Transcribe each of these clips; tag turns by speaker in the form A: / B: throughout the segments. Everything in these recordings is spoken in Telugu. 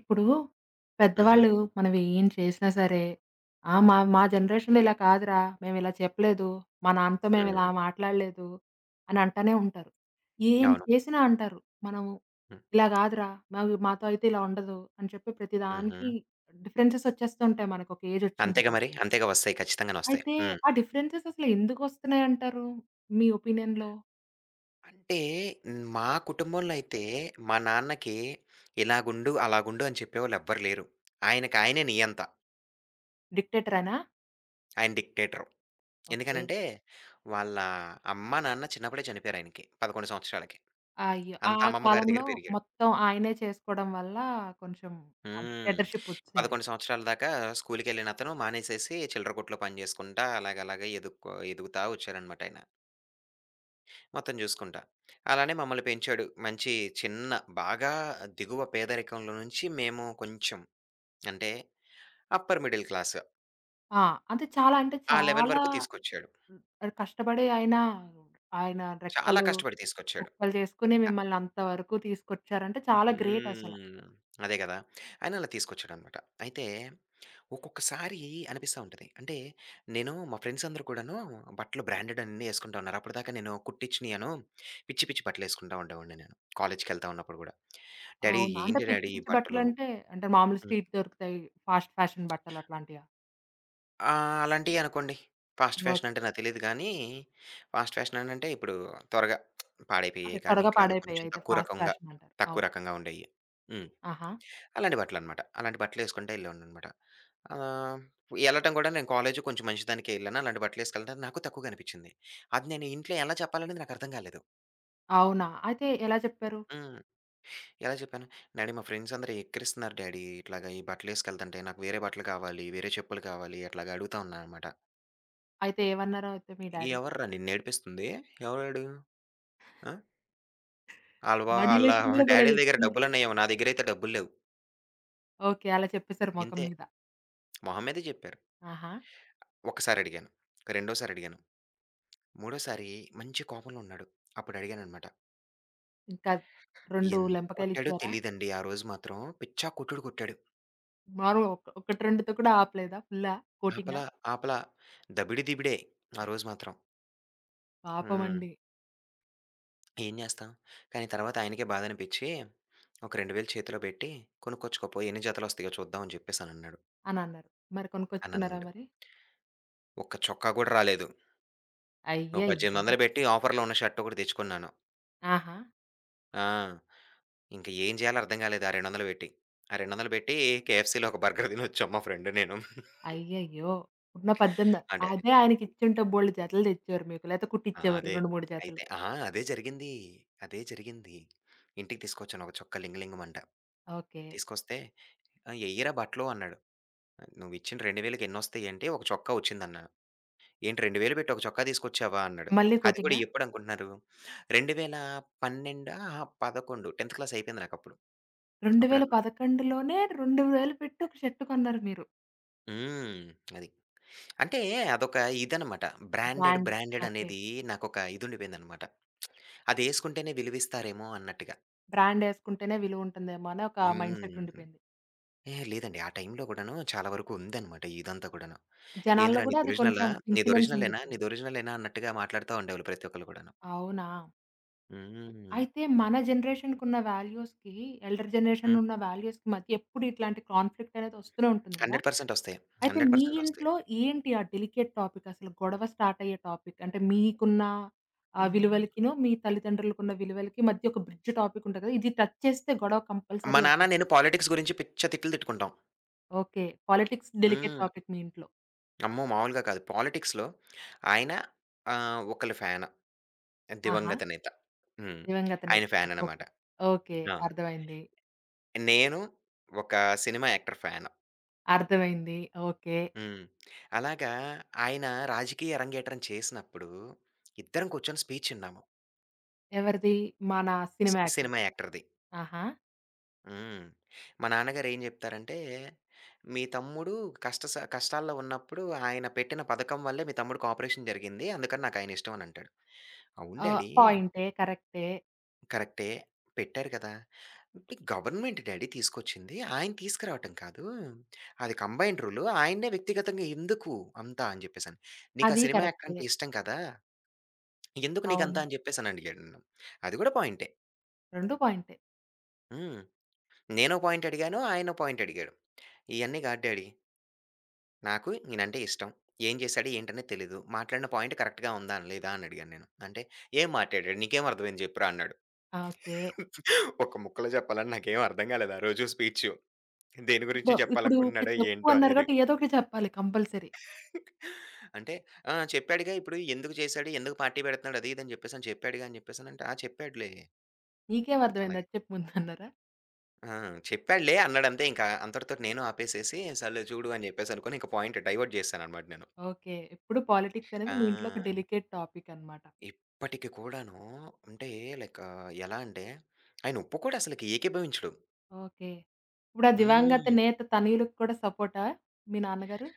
A: ఇప్పుడు
B: హుహు.
A: పెద్దవాళ్ళు మనం ఏం చేసినా సరే, "ఆ! మా మా జనరేషన్‌లో ఇలా కాదురా! మేమిలా చెప్పలేదు. మా నాన్నతో మేమిలా
B: హ్మ్.
A: మాట్లాడలేదు" అని అంటానే ఉంటారు. ఏం
B: అవును.
A: చేసినా అంటారు. మనము
B: హ్మ్.
A: "ఇలా కాదురా! మావి మాతో అయితే ఇలా ఉండదు" అని చెప్పి
B: హుహు.
A: ప్రతిదానికి డిఫరెన్సెస్ వచ్చేస్తుంటాయి మనకు ఒక ఏజ్ వచ్చిన
B: అంతేగా
A: తర్వాత.
B: మరి. అంతేగా వస్తాయి. ఖచ్చితంగానొస్తాయి.
A: అయితే
B: హ్మ్.
A: ఆ డిఫరెన్సెస్ అసలు ఎందుకొస్తున్నాయంటారు? మీ ఒపీనియన్‌లో?
B: అంటే మా కుటుంబంలో అయితే మా నాన్నకి ఇలాగుండు, అలాగుండు అని చెప్పేవాళ్ళు ఎవ్వరు లేరు. ఆయనకి ఆయనే నియంత.
A: డిక్టేటరేనా?
B: ఆయన డిక్టేటర్.
A: ఓకే.
B: ఎందుకనంటే వాళ్ళ అమ్మ, నాన్న చిన్నప్పుడే చనిపోయారాయనకి. 11 సంవత్సరాలకి.
A: అయ్యో! ఆ
B: అంతా అమ్మమ్మ గారి
A: కాలంలో
B: దగ్గర పెరిగాడు.
A: మొత్తం ఆయనే చేసుకోవడం వల్ల కొంచెం ఆ
B: హ్మ్.
A: డిక్టేటర్‌షిప్ వచ్చింది.
B: 11 సంవత్సరాల దాకా స్కూలుకెళ్ళినతను మానేసేసి చిల్లర కొట్లో పని జేసుకుంటా అలాగలాగా ఎదుగుతా వచ్చారనమాటాయన. మొత్తం జూసుకుంటా. అలానే మమ్మల్ని పెంచాడు. మంచి చిన్న బాగా దిగువ పేదరికంలో నుంచి మేము కొంచెం అంటే అప్పర్ మిడిల్ క్లాస్.
A: ఆ! అంటే చాలా అంటే
B: ఆ లెవెల్
A: చాలా
B: వరకు తీసుకొచ్చాడు.
A: హ్మ్, కష్టపడి ఆయన, ఆయన
B: చాలా
A: రెక్కలు,
B: కష్టపడి తీసుకొచ్చాడు.
A: ముక్కలు చేసుకొని
B: అ
A: మిమ్మల్ని అంతవరకు తీసుకొచ్చారంటే చాలా గ్రేట్ అసల.
B: హ్మ్. అదే గదా! ఆయన అలా తీసుకొచ్చాడనమాట. అయితే ఒక్కొక్కసారి అనిపిస్తా ఉంటది. అంటే నేను మా ఫ్రెండ్స్ అందరూ కూడాను బట్టలు బ్రాండెడ్ అన్నీ యేసుకుంటా ఉన్నారు. అప్పటిదాకా నేను కుట్టిచ్చినయను పిచ్చి పిచ్చి బట్టలేసుకుంటా ఉండేవాడిని నేను. కాలేజ్‌కెళ్తా ఉన్నప్పుడు గూడా. డ్యాడీ
A: అవునా? అంటే
B: ఏంటి
A: పిచ్చి
B: డ్యాడీ ఈ
A: పిచ్చి
B: బట్టలు
A: బట్టలంటే అంటే మామూలు
B: హ్మ్.
A: స్ట్రీట్ దొరుకుతాయి. ఫాస్ట్ ఫ్యాషన్ బట్టలు అట్లాంటియా?
B: ఆ! అలాంటియే అనుకోండి. Fast
A: okay.
B: ఫ్యాషన్ అంటే నాకు తెలీదు గానీ, ఫాస్ట్ ఫ్యాషన్ అనంటే ఇప్పుడు త్వరగా
A: అదే
B: పాడైపోయేయి కానీ,
A: త్వరగా
B: ఇట్లాగా
A: పాడైపోయాయి
B: కొంచెం
A: అయితే
B: తక్కువ
A: ఫాస్ట్
B: రకంగా,
A: ఫ్యాషన్ అంటారు. ఆ!
B: తక్కువ
A: ఓకే.
B: రకంగా ఉండేయి. హ్మ్.
A: ఆహా!
B: అలాంటి బట్టలనమాట. అలాంటి బట్టలేసుకుంటా ఎళ్ళేవాడిననమాట. ఆహ్, ఎళ్ళటం కూడా నేను కాలేజు కొంచెం మంచి దానికే ఎళ్ళాను. అలాంటి బట్టలేసుకెళ్ళడం నాకు తక్కువగా అనిపిచ్చింది. అది నేను ఇంట్లో ఎలా చెప్పాలనేది నాకర్థం కాలేదు.
A: అవునా? అయితే ఎలా చెప్పారు?
B: హ్మ్. ఎలా చెప్పాను? డాడీ మా ఫ్రెండ్స్ అందరూ ఎక్కిరిస్తున్నారు డాడీ. ఇట్లాగా ఈ బట్టలేసుకెళ్తంటే నాకు వేరే బట్టలు కావాలి, వేరే చెప్పులు కావాలి అట్లాగా అడుగుతా ఉన్నాననమాట.
A: అయితే ఏమన్నారో అయితే మీ డాడీ?
B: ఎవర్రా నిన్నేడిపిస్తుంది? ఎవరాడు? ఆ!
A: ఆ
B: ఆళ్ళ
A: డీలర్‌షిప్ కూడా భలే
B: డ్యాడీల దగ్గర
A: చెప్తున్నారు.
B: డబ్బులున్నయేమో, నా దగ్గరైతే డబ్బులు లేవు.
A: ఓకే. అలా చెప్పేసారు మొఖం
B: ఇంతే.
A: మీద.
B: మొహం మీదే చెప్పారు.
A: ఆహా!
B: ఒక్కసారడిగాను. రెండోసారడిగాను. మూడోసారి మంచి కోపంలో ఉన్నాడు. అప్పుడడిగాననమాట.
A: ఇంకా 2
B: ఎందుకు కొట్టాడో
A: లెంపకాయలిచ్చారా?
B: తెలీదండి ఆ రోజు మాత్రం. పిచ్చా కొట్టుడు కొట్టాడు.
A: మాములుగా ఒక ఒకటి రెండుతో కూడా ఆపలేదా? ఫుల్లా?
B: ఆపల,
A: కోటింగా?
B: ఆపల దబిడి దిబిడే ఆ రోజు మాత్రం. హ్మ్.
A: పాపమండి.
B: ఏం జేస్తాం? కానీ తర్వాత ఆయనకే బాధనిపిచ్చి, ఒక 2000 చేతిలో బెట్టి, "కొనుక్కొచ్చుకోపో ఎన్ని జతలొస్తయో చూద్దాం" అని జెప్పేసనన్నాడు.
A: అనన్నారు. మరి కొనుక్కొచ్చుకున్నారా
B: అనన్నాడు.
A: మరి?
B: ఒక్క చొక్కా గూడా రాలేదు. ఒక
A: అయ్యయ్యో!
B: 1800 పెట్టి ఆఫర్‌లో ఉన్న షర్ట్ ఒకటి తెచ్చుకున్నాను.
A: ఆహా!
B: ఆ! ఇంక ఏం చేయాలో అర్థం కాలేదు ఆ 200 పెట్టి. ఆ 200 పెట్టి కేఎఫ్‌సీలో ఒక బర్గర్ తినొచ్చాం మా ఫ్రెండ్ నేను.
A: అయ్యయ్యో! ఉన్న 18
B: అంటే అది
A: అదే ఆయనకిచ్చుంటే బోలెడు జతలు తెచ్చేవారు మీకు. లేతే
B: ఆ!
A: కుట్టిచ్చేవారు
B: అదే.
A: 2, 3 జతలు.
B: అయితే అహా! అదే జరిగింది. అదే జరిగింది. ఇంటికి తీసుకొచ్చాను ఒక చొక్కా లింగ లింగమంట.
A: ఓకే.
B: తీసుకొస్తే "ఆ! ఎయ్యిరా బట్టలు" అన్నాడు. "నువ్విచ్చిన 2000కి ఎన్నొస్తాయి" అంటే ఒక చొక్కా వచ్చిందన్నాను. "ఏంటి 2000 పెట్టి ఒక చొక్కా తీసుకొచ్చావా?" అన్నాడు.
A: మళ్ళీ
B: అది కూడా
A: కోటింగా?
B: ఎప్పుడనుకుంటున్నారు? 2012 ఆహా! 11 10 10థ్ క్లాస్ అయిపోయింది నాకప్పుడు. అప్పుడన్నమాట.
A: 2011లోనే 2000 పెట్టి ఒక షర్ట్ కొన్నారు మీరు.
B: హ్మ్. అది. అంటే అదొక ఇదనమాట. Branded,
A: brand.
B: Branded
A: okay.
B: అనేది నాకొక ఇదుండిపోయిందనమాట. అదేసుకుంటేనే విలువిస్తారేమో అన్నట్టుగా.
A: బ్రాండ్ ఏసుకుంటేనే విలువుంటుందేమో అని ఒక మైండ్‌సెట్
B: హ్మ్.
A: ఉండిపోయింది.
B: ఏహే! లేదండి. ఆ టైంలో గూడాను చాలా వరకు ఉందనమాట ఇదంతా గూడాను.
A: జనాల్లో
B: "ఏందిరా
A: గూడా అది
B: నీదొరిజినలా?
A: కొంచెం ఇన్‌ఫ్లూయెన్స్
B: నీదొరిజినలేనా?
A: ఉందిప్పుడు.
B: నీదొరిజినలేనా?" అన్నట్టుగా మాట్లాడుతా ఉండేవాళ్ళు ప్రతి ఒక్కళ్ళు గూడాను.
A: అవునా?
B: హ్మ్.
A: అయితే మన జనరేషన్‌కున్న వాల్యూస్‌కి, ఎల్డర్ జనరేషన్
B: హ్మ్.
A: ఉన్న వాల్యూస్‌కి మధ్య ఎప్పుడు ఇట్లాంటి కాన్‌ఫ్లిక్ట్ అనేది వస్తూనే ఉంటుంది గదా!
B: 100% ఒస్తాయి.
A: అయితే మీ
B: 100% ఒస్తాయి.
A: ఇంట్లో ఏంటి ఆ డెలికేట్ టాపిక్ అసలు గొడవ స్టార్ట్ అయ్యే టాపిక్? అంటే మీకున్న ఆహ్,
B: హ్మ్.
A: విలువలకిను, మీ తల్లిదండ్రులకున్న విలువలకి మధ్య ఒక బ్రిడ్జ్ టాపిక్ ఉంటది గదా! ఇది టచ్ చేస్తే గొడవ
B: మా
A: కంపల్సరీ అవుతుంది.
B: నాన్న నేను పాలిటిక్స్ గురించి పిచ్చ తిట్లు తిట్టుకుంటాం.
A: Okay. Politics delicate
B: hmm.
A: Topic మీ ఇంట్లో.
B: అమ్మో! మామూలుగా కాదు. పాలిటిక్స్‌లో ఆయన ఆహ్, ఒకళ్ళ ఫ్యాన్.
A: ఆహా!
B: దివంగత నేత. హ్మ్.
A: దివంగత నేత.
B: ఆయన ఫ్యాననమాట.
A: ఓకే. ఓకే.
B: ఆ!
A: అర్థమైంది.
B: నేను ఒక సినిమా యాక్టర్ ఫ్యాను.
A: అర్థమైంది. ఓకే.
B: హ్మ్. అలాగా ఆయన రాజకీయ అరంగేట్రం చేసినప్పుడు ఇద్దరం కూర్చొని స్పీచ్ ఇన్నాము.
A: ఎవరిది? మన సినిమా యాక్టర్.
B: సినిమా యాక్టర్‌ది.
A: ఆహా!
B: హ్మ్. మా నాన్నగారు ఏం జెప్తారంటే, "మీ తమ్ముడు కష్టాల్లో ఉన్నప్పుడు ఆయన పెట్టిన పథకం వల్లే మీ తమ్ముడికి ఆపరేషన్ జరిగింది. అందుకని నాకాయనిష్టం" అనంటాడు. అవును
A: ఆ!
B: డాడీ
A: పాయింటే. కరెక్టే.
B: కరెక్టే. పెట్టారు కదా! గవర్నమెంట్ డాడీ తీసుకొచ్చింది. ఆయన తీసుకురావటం కాదు. అది కంబైన్డ్ రూలు. ఆయన్నే వ్యక్తిగతంగా "ఎందుకు అంతా" అని చెప్పేసని. "నీకా
A: అది
B: సినిమా యాక్టర్
A: కరెక్టే.
B: అంటే ఇష్టం కదా! ఎందుకు
A: అవును.
B: నీకంతా" అని చెప్పేసని అడిగాడు నన్ను. అది కూడా పాయింటే.
A: 2 పాయింటే.
B: హ్మ్. నేనో పాయింట్ అడిగాను. ఆయనో పాయింట్ అడిగాడు. "ఇయన్నీ కాదు డాడీ. నాకు ఈయనంటే ఇష్టం. ఏం చేశాడు ఏంటనేది తెలీదు. మాట్లాడిన పాయింట్ కరెక్ట్‌గా ఉందా? అని లేదా?" అని అడిగాను నేను. అంటే "ఏం మాట్లాడాడు? నీకేం అర్థమైంది చెప్పురా" అన్నాడు.
A: ఆ! ఓకే.
B: ఒక్క ముక్కలో చెప్పాలంటే నాకేం అర్థం కాలేదు ఆ రోజు స్పీచు. దేని గురించి
A: ఇప్పుడు ఇప్పుడు ఇప్పుడు
B: చెప్పాలనుకుంటున్నాడో
A: చెప్పు
B: ఏంటో
A: అన్నారు
B: అనేది.
A: కాబట్టి ఏదో ఒకటి చెప్పాలి కంపల్సరీ.
B: అంటే "ఆ! చెప్పాడుగా ఇప్పుడు ఎందుకు చేశాడు? ఎందుకు పార్టీ పెడుతున్నాడు? అది ఇది అని చెప్పేసని చెప్పాడుగా" అని చెప్పేసనంటే, "ఆ! చెప్పాడులే"
A: నీకేం అర్థమైంది
B: అలాగే.
A: అది చెప్పు ముందు అన్నారా?
B: "ఆ! చెప్పాడులే" అన్నాడంతే ఇంకా. అంతటితోటి నేను ఆపేసేసి, సర్లే చూడు అని చెప్పేసి అనుకోని ఇంక పాయింట్ డైవర్ట్ చేశాననమాట నేను.
A: ఓకే. ఇప్పుడు పాలిటిక్స్ అనేది మీ ఇంట్లో ఒక
B: ఆ!
A: డెలికేట్ టాపిక్ అన్నమాట.
B: ఇప్పటికి కూడాను అంటే లైక్ ఎలా అంటే, ఆయన ఒప్పుకోడు అసలకి ఏకీభవించడు.
A: ఓకే. ఇప్పుడు ఆ దివంగత
B: హ్మ్.
A: నేత తనయులకు కూడా సపోర్టా మీ నాన్నగారు?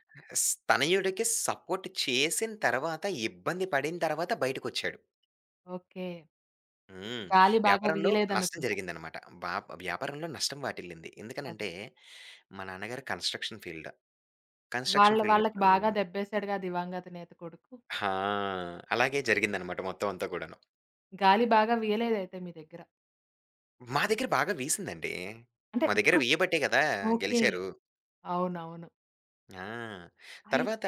B: తనయుడికి సపోర్ట్ చేసిన తర్వాత, ఇబ్బంది పడిన తర్వాత బయటకొచ్చాడు.
A: ఓకే.
B: హ్మ్.
A: గాలి బాగా
B: వ్యాపారంలో నష్టం
A: వీయలేదనుకుంటా.
B: జరిగిందనమాట. వ్యాపారంలో నష్టం వాటిల్లింది.
A: అదే.
B: ఎందుకనంటే, మా నాన్నగారు కన్‌స్ట్రక్షన్ ఫీల్డ్.
A: వాళ్ళ
B: కన్‌స్ట్రక్షన్ ఫీల్డ్
A: వాళ్ళకి
B: అప్పుడు
A: బాగా దెబ్బేసాడుగా దివంగత నేత కొడుకు.
B: ఆ! అలాగే జరిగిందనమాట మొత్తం అంతా కూడాను.
A: గాలి బాగా వీయలేదయితే మీ దగ్గర.
B: మా దగ్గర బాగా వీసిందండి.
A: అంటే
B: మా దగ్గర
A: ఇప్పుడు
B: వీయబట్టే కదా!
A: ఓకే.
B: గెలిచారు.
A: అవునవును.
B: ఆ!
A: అయి
B: తర్వాత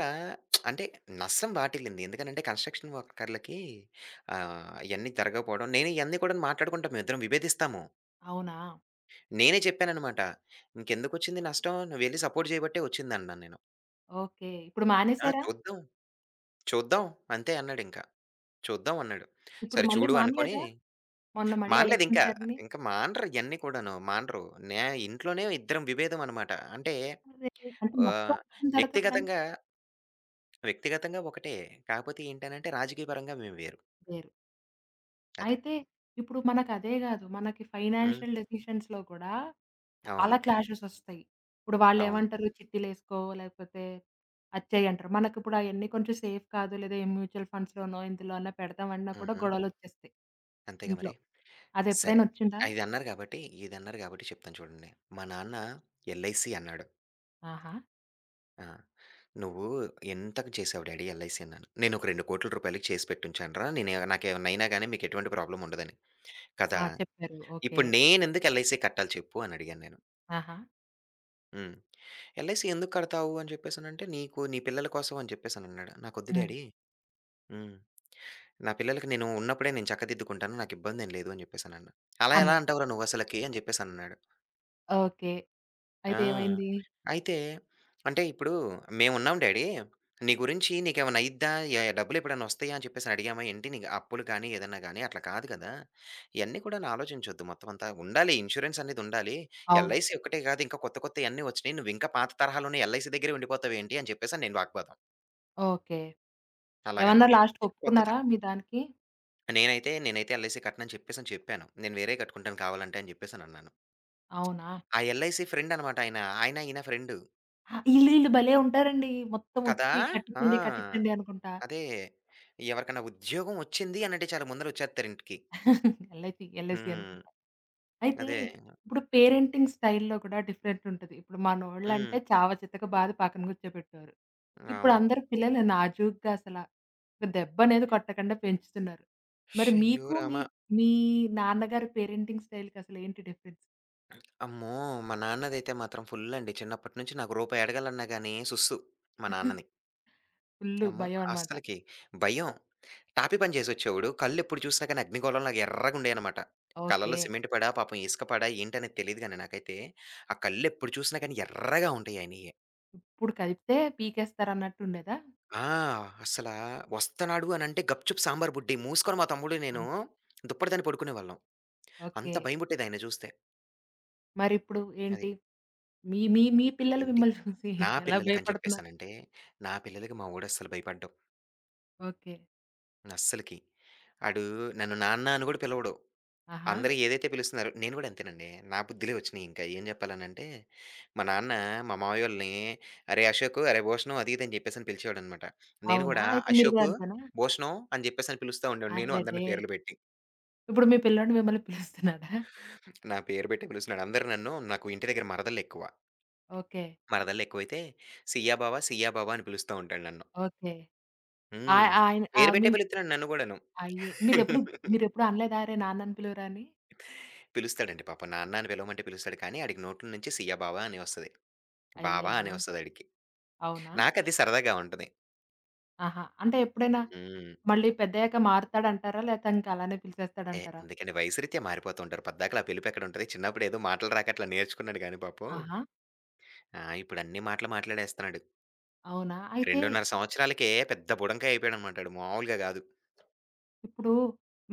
B: అంటే నష్టం వాటిల్లింది. ఎందుకనంటే, కన్‌స్ట్రక్షన్ వర్కర్‌లకి ఆహ్, ఇయన్నీ జరగకపోవడం నేను ఇయన్నీ కూడాను మాట్లాడుకుంటాం. మేమిద్దరం విభేదిస్తాము.
A: అవునా?
B: నేనే చెప్పాననమాట. "నీకెందుకొచ్చింది నష్టం? నువ్వెళ్లి సపోర్ట్ చేయబట్టే వచ్చిందన్నాను నేను."
A: ఓకే. ఇప్పుడు
B: ఆ!
A: మానేసారా?
B: చూద్దాం. చూద్దాం. అంతే అన్నాడింక. చూద్దాం అన్నాడు.
A: ఇప్పుడు
B: సరే
A: మళ్ళీ
B: చూడు అనుకోని
A: మానలేదా? మొన్న మళ్ళీ
B: మానలేదింకా.
A: ఎలక్షన్స్ జరిగినియి.
B: ఇంక మానరు ఇయన్నీ కూడాను. మానరు. నే ఇంట్లోనే ఇద్దరం విభేదం అనమాట. అంటే
A: అదే అంటే మొత్తం
B: ఆహ్,
A: వచ్చిన తర్వాత కూడా
B: వ్యక్తిగతంగా, వ్యక్తిగతంగా ఒకటే. కాపోతే ఏంటనంటే రాజకీయపరంగా మేము వేరు.
A: వేరు.
B: అది.
A: అయితే ఇప్పుడు మనకదే గాదు. మనకి
B: హ్మ్.
A: ఫైనాన్షియల్ డెసిషన్స్‌లో కూడా చాలా
B: అవును.
A: క్లాషెస్ ఒస్తాయి. ఇప్పుడు
B: అవును.
A: వాళ్ళేమంటారు చిట్టీలేసుకో లేకపోతే అది చెయి అంటారు. మనకిప్పుడు అయన్నీ కొంచెం సేఫ్ కాదు. లేదా ఈ మ్యూచువల్ ఫండ్స్‌లోనో, ఇందులో అన్నా పెడదామన్నా కూడా
B: హుహు.
A: గొడవలొచ్చేస్తాయి
B: అంతేగా
A: ఇంట్లో.
B: మరి. సరే.
A: అదెప్పుడైనా ఒచ్చిందా?
B: ఇదన్నారు గాబట్టి, ఇదన్నారు గాబట్టి చెప్తాను చూడండి. మా నాన్న ఎల్ఐసీ అన్నాడు.
A: ఆహా!
B: ఆ! "నువ్వు ఎంతకు చేసావు డాడీ ఎల్ఐసీ" అన్నాను. "నేనొక రూ. 2,00,00,000 చేసి పెట్టుంచానురా! నేను నాకేమన్నా అయినా గాని మీకెటువంటి ప్రాబ్లమ్ ఉండదని."
A: ఆ!
B: "కదా!
A: చెప్పారు. ఓకే.
B: ఇప్పుడు నేనెందుకు ఎల్ఐసీ కట్టాలి చెప్పు" అని అడిగాను నేను.
A: ఆహా!
B: హ్మ్. "ఎల్ఐసీ ఎందుకు కడతావు" అని చెప్పేసనంటే, "నీకు నీ పిల్లల కోసం" అని చెప్పేసనన్నాడు. "నాకొద్దు
A: హ్మ్.
B: డాడీ హ్మ్. నా పిల్లలకి నేను ఉన్నప్పుడే నేను చక్కదిద్దుకుంటాను. నాకిబ్బందేం లేదు" అని చెప్పేసనన్నా. "అలా ఎలా
A: అన్నారు.
B: అంటావురా నువ్వసలకి" అని చెప్పేసనన్నాడు.
A: ఓకే.
B: ఆ!
A: అయితే ఏమైంది?
B: అయితే అంటే ఇప్పుడు "మేమున్నాం డాడీ. నీ గురించి నీకేమన్నా అయిద్దా? డబ్బులెప్పుడన్నా వస్తాయా?" అని చెప్పేసని అడిగామా ఏంటి? నీకు అప్పులు కానీ, ఏదన్నా గానీ అట్లా కాదు కదా! ఇయన్నీ కూడాను ఆలోచించొద్దు మొత్తం అంతా. ఉండాలి ఇన్స్యూరెన్స్ అనేది ఉండాలి.
A: అవును.
B: ఎల్ఐసీ ఒక్కటే కాదు ఇంకా కొత్త కొత్తయన్నీ వచ్చినియి. నువ్వింకా పాత తరహాలోనే ఎల్ఐసీ దగ్గరే ఉండిపోతావేంటి? అని చెప్పేసని నేను వాగ్వాదం.
A: ఓకే. ఏమన్నారు
B: అలాగనమాట.
A: లాస్ట్‌కి
B: కొత్త
A: ఒప్పుకున్నారా
B: తర
A: మీ దానికి?
B: నేనైతే నేనైతే ఎల్ఐసీ కట్టనని చెప్పేసని చెప్పాను. నేను వేరే కట్టుకుంటాను కావాలంటే అని చెప్పేసనన్నాను.
A: అవునా?
B: ఆ ఎల్ఐసీ ఫ్రెండ్ అనమాట ఆయన. ఈయన ఫ్రెండు.
A: ఆ! ఈళ్ళు ఈళ్ళు భలే ఉంటారండి. మొత్తం
B: కదా!
A: వచ్చి
B: ఆ!
A: కట్టించండి, కట్టించండి అనుకుంటా.
B: అదే. ఎవరికన్నా ఉద్యోగం ఒచ్చింది అనంటే చాలు ముందల ఒచ్చేత్తారు ఇంటికి.
A: ఎల్ఐసి
B: హ్మ్.
A: అనుకుంటా. అయితే
B: అదే.
A: ఇప్పుడు పేరెంటింగ్ స్టైల్‌లో కూడా డిఫరెంట్ ఉంటది. ఇప్పుడు
B: హ్మ్.
A: మనోళ్ళంటే చావచితక బాది పక్కన కూర్చోబెట్టేవారు.
B: అవును.
A: ఇప్పుడందరూ పిల్లలు నాజూగ్గా అసల ఒక దెబ్బనేది కొట్టకుండా పెంచుతున్నారు. మరి
B: షయ్యో
A: మీకు మీ
B: రామ!
A: మీ నాన్నగారి పేరెంటింగ్ స్టైల్‌కసలేంటి డిఫరెన్స్?
B: అమ్మో! మా నాన్నదైతే మాత్రం ఫుల్లండి. చిన్నప్పటి నుంచి నాకు రూపాయి అడగాలన్నా గాని సుస్సు మా నాన్నని.
A: ఫుల్లు
B: అమ్మో!
A: భయమనమాట.
B: అస్సలకి భయం. టాపీ పని జేసొచ్చేవాడు. కళ్ళెప్పుడు చూసినా గాని అగ్నిగోళంలాగా ఎర్రగుండేయనమాట.
A: ఓకే.
B: కళ్ళలో సిమెంట్ పడా, పాపం ఇసుక పడా ఏంటనేది తెలీదు గాని నాకైతే. ఆ కళ్ళెప్పుడు చూసినా గాని ఎర్రగా ఉంటాయి ఆయనియి.
A: ఇప్పుడు కలిపితే పీకేస్తారన్నట్టుండేదా?
B: ఆ! అసలా వస్తన్నాడు అనంటే గప్‌చుప్ సాంబార్ బుడ్డి. మూసుకొని మా తమ్ముడు నేను
A: అంతే.
B: దుప్పటి దాని పడుకునేవాళ్ళం. అంత
A: ఓకే.
B: భయం పుట్టేది ఆయన్ని చూస్తే.
A: మరిప్పుడు ఏంటి?
B: అది.
A: మీ మీ మీ పిల్లలు
B: ఏంటి?
A: మిమ్మల్ని చూసి
B: నా
A: ఎలా
B: పిల్లలకని
A: భయపడుతున్నారు?
B: చెప్పేసనంటే, నా పిల్లలకి మా వోడు అస్సలు భయపడ్డు.
A: ఓకే.
B: అస్సలకి. ఆడు నన్ను నాన్న అని గూడా పిలవడు.
A: ఆహా!
B: అందరూ ఏదైతే పిలుస్తున్నారో నేను గూడా అంతేనండి. నా బుద్ధిలే వచ్చినియి ఇంకా. ఏం జెప్పాలనంటే, మా నాన్న మా మావయ్యోళ్ళని "అరేయ్! అశోకు, అరేయ్! భూషణం" అది ఇది అని చెప్పేసని పిలిచేవాడనమాట. నేను
A: అవునా?
B: గూడా
A: అయితే మీరు గూడా
B: "అశోకు,
A: అంతేనా?
B: భూషణం" అని జెప్పేసని పిలుస్తా ఉండేవాడిని నేను అందరిని
A: అరెరే!
B: పేర్లు పెట్టి.
A: ఇప్పుడు మీ పిల్లోడు మిమ్మల్ని పిలుస్తున్నాడా?
B: నా పేరు పెట్టి పిలుస్తున్నాడు. అందరూ నన్ను నాకు ఇంటి దగ్గర మరదళ్ళెక్కువ.
A: ఓకే.
B: మరదళ్ళెక్కువైతే సియా బావ అని పిలుస్తా ఉంటాడు నన్ను.
A: ఓకే. ఆయ
B: హ్మ్.
A: ఆయన ఆ!
B: పేరు
A: మీ
B: పెట్టే పిలుత్తున్నాడు నన్ను గూడాను.
A: అయ్యే! మీరెప్పుడు మీరెప్పుడు అనలేదా? "అరేయ్! నాన్న అని పిలువరా" అని?
B: పిలుస్తాడండి పాపం. నాన్న అని పిలవమంటే పిలుస్తాడు కానీ ఆడికి నోట్లో నుంచి సియా బావ అనే వస్తది. బావా అనే
A: అయ్యయ్యో!
B: వస్తదాడికి.
A: అవునా?
B: నాకది సరదాగా ఉంటది.
A: ఆహా! అంటే ఎప్పుడైనా
B: హ్మ్.
A: మళ్ళీ పెద్దయ్యాక మారుతాడంటారా? లేతే ఇంక అలానే పిలిచేస్తాడంటారా?
B: ఎందుకండి వయసురీత్యా మారిపోతూ ఉంటారు. పద్దాకలా ఆ పిలుపెక్కడుంటది. చిన్నప్పుడేదో మాటలు రాక అట్లా నేర్చుకున్నాడు గానీ పాపం.
A: ఆహా!
B: ఆ! ఇప్పుడన్ని మాటలు మాట్లాడేస్తన్నాడు.
A: అవునా? అయితే
B: 2.5 సంవత్సరాలకే పెద్ద బుడంకాయ అయిపోయాడనమాట ఆడు. మామూలుగా గాదు.
A: ఇప్పుడు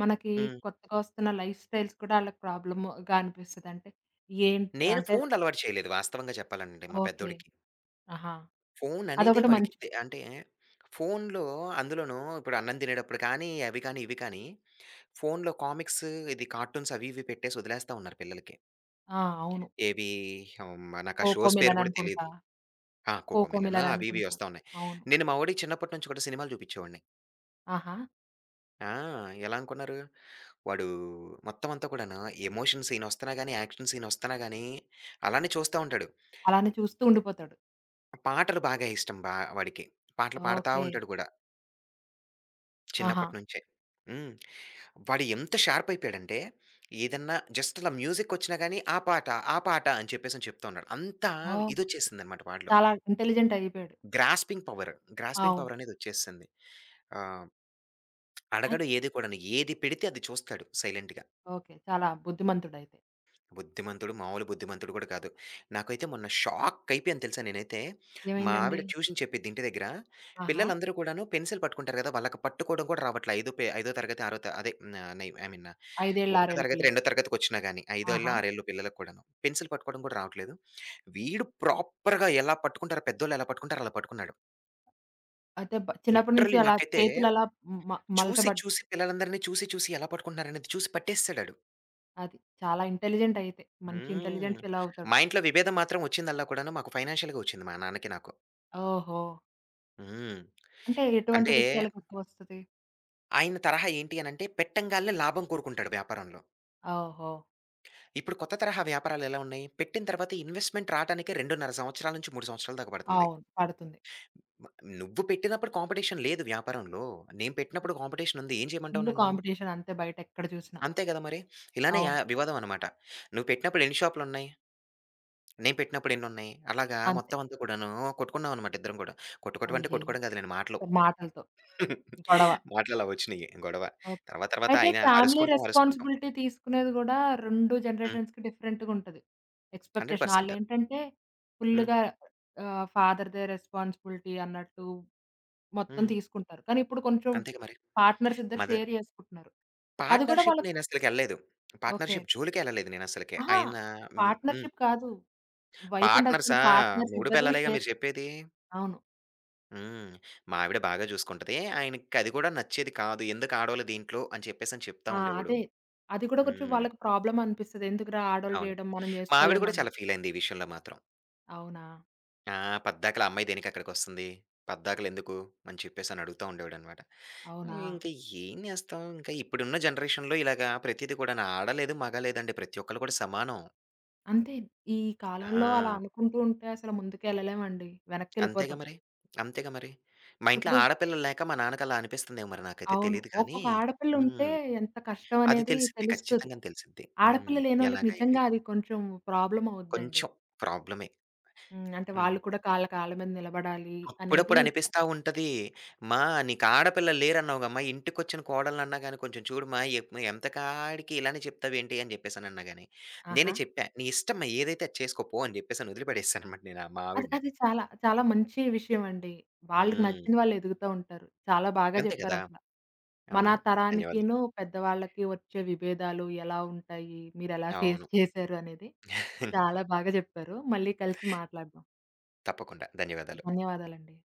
A: మనకి
B: హ్మ్.
A: కొత్తగా వస్తున్న లైఫ్ స్టైల్స్ కూడా ఆళ్ళకి ప్రాబ్లమ్‌గా అనిపిస్తది. అంటే ఏం
B: నేను
A: అంటే
B: ఫోన్లు అలవాటు చేయలేదు వాస్తవంగా చెప్పాలంటే మా
A: ఓకే.
B: పెద్దోడికి.
A: ఆహా!
B: ఫోన్ అనేదే
A: అదొకటి
B: వాడికి
A: మంచిది.
B: తె అంటే ఫోన్‌లో అందులోనూ ఇప్పుడు అన్నం తినేటప్పుడు కానీ, అవి కానీ, ఇవి కానీ ఫోన్‌లో కామిక్స్ ఇది కార్టూన్స్ అవి ఇవి పెట్టేసి వదిలేస్తా ఉన్నారు పిల్లలకి.
A: ఆ! అవును.
B: ఏవి హ్మ్, నాకు ఆ
A: కోకో
B: షోస్ పేరు
A: మిలన్
B: కూడా
A: అనుకుంటా.
B: తెలీదు. ఆ!
A: కోకో
B: 'కోకోమెలన్'
A: మిలన్
B: అవి ఇవి
A: అనుకుంటా.
B: వస్తా ఉన్నాయి.
A: అవును.
B: నేను మా వోడికి చిన్నప్పటి నుంచి కూడా సినిమాలు చూపించేవాడిని.
A: ఆహా!
B: ఆ! ఎలా అనుకున్నారు? వాడు మొత్తం అంతా కూడాను ఎమోషన్ సీన్ వస్తున్నా గాని, యాక్షన్ సీన్ వస్తున్నా గాని అలానే చూస్తా ఉంటాడు.
A: అలానే చూస్తూ ఉండిపోతాడు.
B: పాటలు బాగా ఇష్టం బా వాడికి. పాటలు పాడతా
A: ఓకే.
B: ఉంటాడు గూడా
A: ఆహా!
B: చిన్నప్పటి నుంచే. హ్మ్. వాడు ఎంత షార్ప్ అయిపోయాడంటే, ఏదన్నా జస్ట్ అలా మ్యూజికొచ్చినా గాని, "ఆ పాట, ఆ పాట" అని చెప్పేసని చెప్తా ఉన్నాడు. అంత
A: ఓహ్!
B: ఇదొచ్చేసిందనమాట వాడిలో.
A: చాలా ఇంటెలిజెంట్ అయిపోయాడు.
B: గ్రాస్పింగ్ పవర్, గ్రాస్పింగ్
A: అవును.
B: పవర్ అనేదొచ్చేసింది. ఆహ్,
A: అయి
B: అడగడు ఏది కూడాను. ఏది పెడితే అది చూస్తాడు సైలెంట్‌గా.
A: ఓకే. చాలా బుద్ధిమంతుడయితే.
B: బుద్ధిమంతుడు, మామూలు బుద్ధిమంతుడు కూడా కాదు. నాకైతే మొన్న షాక్ అయిపోయాను తెలుసా నేనైతే. మా
A: ఏమైందండి?
B: ఆవిడ ట్యూషన్ చెప్పిద్ది ఇంటి దగ్గర.
A: ఆహా!
B: పిల్లలందరూ కూడాను పెన్సిల్ పట్టుకుంటారు కదా! వాళ్ళకి పట్టుకోవడం కూడా రావట్ల. ఐదో తరగతి, ఆరో త అదే ఆహ్, నై ఐ మీన్
A: 5 ఏళ్ల, 6
B: 1వ
A: ఏళ్ల
B: తరగతి,
A: పిల్లలు.
B: 2వ తరగతికొచ్చినా గాని, ఐదేళ్ళో,
A: ఆహా!
B: ఆరేళ్ళో పిల్లలకి కూడాను. పెన్సిల్ పట్టుకోవడం కూడా రావట్లేదు. వీడు ప్రాపర్‌గా ఎలా పట్టుకుంటారో పెద్దోళ్ళు ఎలా పట్టుకుంటారో అలా పట్టుకున్నాడు.
A: అయితే బ చిన్నప్పటి నుంచి
B: లిటరల్లీ
A: అలా
B: నాకైతే
A: చేతులలా మ
B: చూసి,
A: మలచబడ్డాయి.
B: చూసి పిల్లలందరిని చూసి, చూసి ఎలా పట్టుకుంటున్నారనేది చూసి పట్టేసేసాడాడు.
A: అది. చాలా ఇంటెలిజెంట్ అయితే. మంచి
B: హ్మ్.
A: ఇంటెలిజెంట్ ఫెలో అవుతాడు.
B: మా ఇంట్లో విభేదం మాత్రం ఒచ్చిందల్లా కూడాను మాకు ఫైనాన్షియల్‌గా ఒచ్చింది మా నాన్నకి నాకు.
A: ఓహో!
B: హ్మ్.
A: అంటే ఎటువంటి
B: అంటే
A: విషయాలకు ఎక్కువొస్తది?
B: ఆయన తరహా ఏంటి అనంటే పెట్టంగాల్నే లాభం కోరుకుంటాడు వ్యాపారంలో.
A: ఓహో!
B: ఇప్పుడు కొత్త తరహా వ్యాపారాలెలా ఉన్నాయి? పెట్టిన తర్వాత ఇన్వెస్ట్‌మెంట్ రాటానికే 2.5 సంవత్సరాల నుంచి 3 సంవత్సరాల దాకా పడుతుంది.
A: అవును. పడుతుంది.
B: మ నువ్వు పెట్టినప్పుడు కాంపిటీషన్ లేదు వ్యాపారంలో. నేను పెట్టినప్పుడు కాంపిటీషన్ ఉంది. ఏం చేయమంటావు
A: ఫుల్లు
B: నన్ను?
A: కాంపిటీషన్ అంతే బయటెక్కడ చూసినా.
B: అంతే గదా మరి! ఇలానే యా
A: అవును.
B: వివాదం అనమాట. నువ్వు పెట్టినప్పుడు ఎన్ని షాపులున్నాయి? నేను పెట్టినప్పుడు ఎన్నున్నాయి. అలాగా
A: అంతే.
B: మొత్తం అంతా కూడాను కొట్టుకున్నామనమాట ఇద్దరం కూడా. కొట్టుకోవటం అంటే
A: అయ్యయ్యో!
B: కొట్టుకోవడం కాదులెండి మాటలు.
A: అంటే మాటలతో గొడవ.
B: మాటలు అలా వచ్చినియి గొడవ.
A: ఓకే.
B: తర్వాత తర్వాత
A: అయితే
B: ఆయన
A: ఫ్యామిలీ
B: అరుసుకుంటాం, అరుసుకుంటాం.
A: రెస్పాన్సిబిలిటీ తీసుకునేది గూడా 2
B: హ్మ్.
A: జనరేషన్స్‌కి డిఫరెంట్‌గుంటది. ఎక్స్‌పెక్టేషన్
B: 100%
A: ఆళ్ళేంటంటే
B: హ్మ్.
A: ఫుల్‌గా ఆహ్, ఫాదర్‌దే రెస్పాన్సిబిలిటీ అన్నట్టు మొత్తం
B: హ్మ్.
A: తీసుకుంటారు. కానీ ఇప్పుడు కొంచెం
B: అంతేగా మరి.
A: పార్ట్నర్స్ ఇద్దరు
B: మద
A: షేర్ జేసుకుంటున్నారు. అది కూడా
B: పార్ట్నర్‌షిప్
A: వాళ్ళకి
B: నేనసలకెళ్ళలేదు.
A: ఓకే.
B: పార్ట్నర్‌షిప్ జోలికే ఎళ్ళలేదు నేనసలకి.
A: అహా!
B: ఆయన హ్మ్. హ్మ్.
A: పార్ట్నర్‌షిప్ కాదు. వైఫ్ అండ్
B: పార్ట్నర్సా!
A: హస్బెండ్ పార్ట్నర్స్
B: మొగుడు
A: ఇద్దరు
B: పెళ్ళాలేగా
A: షేర్
B: మీరు చెప్పేది.
A: అవును.
B: హ్మ్. మా ఆవిడ బాగా చూసుకుంటది. ఆయనకది కూడా నచ్చేది కాదు. ఎందుకు ఆడోళ్ళు దీంట్లో అని చెప్పేసని చెప్తా
A: ఆ!
B: ఉండేవాడు.
A: అదే. అది కూడా కొంచెం
B: హ్మ్.
A: వాళ్ళకి ప్రాబ్లమ్ అనిపిస్తది. ఎందుకురా ఆడోళ్ళు
B: అవును.
A: జేయడం మనం
B: మా ఆవిడ కూడా
A: జేసుకోలేమని.
B: చాలా ఫీలయింది ఈ విషయంలో మాత్రం.
A: అవునా?
B: "ఆ! పద్దాకల ఆ అమ్మాయి దేనికక్కడికొస్తుంది? పద్దాకలెందుకు?" అని చెప్పేసని అడుగుతా ఉండేవాడనమాట.
A: అవునా?
B: హ్మ్. ఇంక ఏం జేస్తాం? ఇంకా ఇప్పుడున్న జనరేషన్‌లో ఇలాగా ప్రతీది కూడాను ఆడ లేదు, మగ లేదండి. ప్రతి ఒక్కళ్ళు కూడా సమానం.
A: అంతే. ఈ కాలంలో అలా
B: ఆ!
A: అనుకుంటూ ఉంటే అసలు ముందుకెళ్ళలేమండి.
B: అంతేగా
A: వెనక్కెళ్ళిపోతాం.
B: మరి. అంతేగా మరి. మా ఇంట్లో
A: ఇప్పుడు
B: ఆడపిల్లలు లేక మా నాన్నకలా అనిపిస్తుందేమో మరి నాకైతే
A: అవును.
B: తెలీదు కానీ
A: ఒక్కొక్క ఆడపిల్లుంటే
B: హ్మ్.
A: ఎంత కష్టం
B: అది
A: అనేది
B: తెలిసిద్ది.
A: తెలుస్తది.
B: ఖచ్చితంగానే తెలిసిద్ది. హ్మ్.
A: ఆడపిల్ల లేనోళ్ళకి
B: ఎలాగా ఏంటి?
A: నిజంగా అది కొంచెం ప్రాబ్లమ్ అవుద్దండి.
B: కొంచెం ప్రాబ్లమే.
A: హ్మ్. అంటే
B: హ్మ్.
A: వాళ్ళు కూడా కాళ్ళ కాళ్ళ మీద నిలబడాలి
B: అప్పుడప్పుడు
A: అనేది
B: అనిపిస్తా ఉంటది. "మా "నీకు ఆడపిల్లలు లేరన్నావుగమ్మా! ఇంటికొచ్చిన కోడళ్ళన్నా గాని కొంచెం చూడుమా! ఎంతకాడికి ఇలానే చెప్తావేంటి?" అని చెప్పేసనన్నా గాని,
A: ఆహా!
B: నేనే చెప్పా. "నీ ఇష్టమ్మా! ఏదైతే అది చేసుకో పో" అని చెప్పేసని వదిలిపడేసాననమాట నేను ఆ మా
A: అది
B: ఆవిడని.
A: అది చాలా, చాలా మంచి విషయం అండి. వాళ్ళకి
B: హ్మ్.
A: నచ్చిన వాళ్ళు ఎదుగుతా ఉంటారు. చాలా బాగా
B: అంతే కదా!
A: చెప్పారసల. మన
B: అవునా? ధన్యవాదాలు.
A: తరానికిను, పెద్దవాళ్ళకి వచ్చే విభేదాలు ఎలా ఉంటాయి? మీరెలా ఫేస్
B: అవును.
A: చేశారు అనేది. చాలా బాగా చెప్పారు. మళ్ళీ కలిసి మాట్లాడదాం.
B: తప్పకుండా. ధన్యవాదాలు.
A: ధన్యవాదాలండి.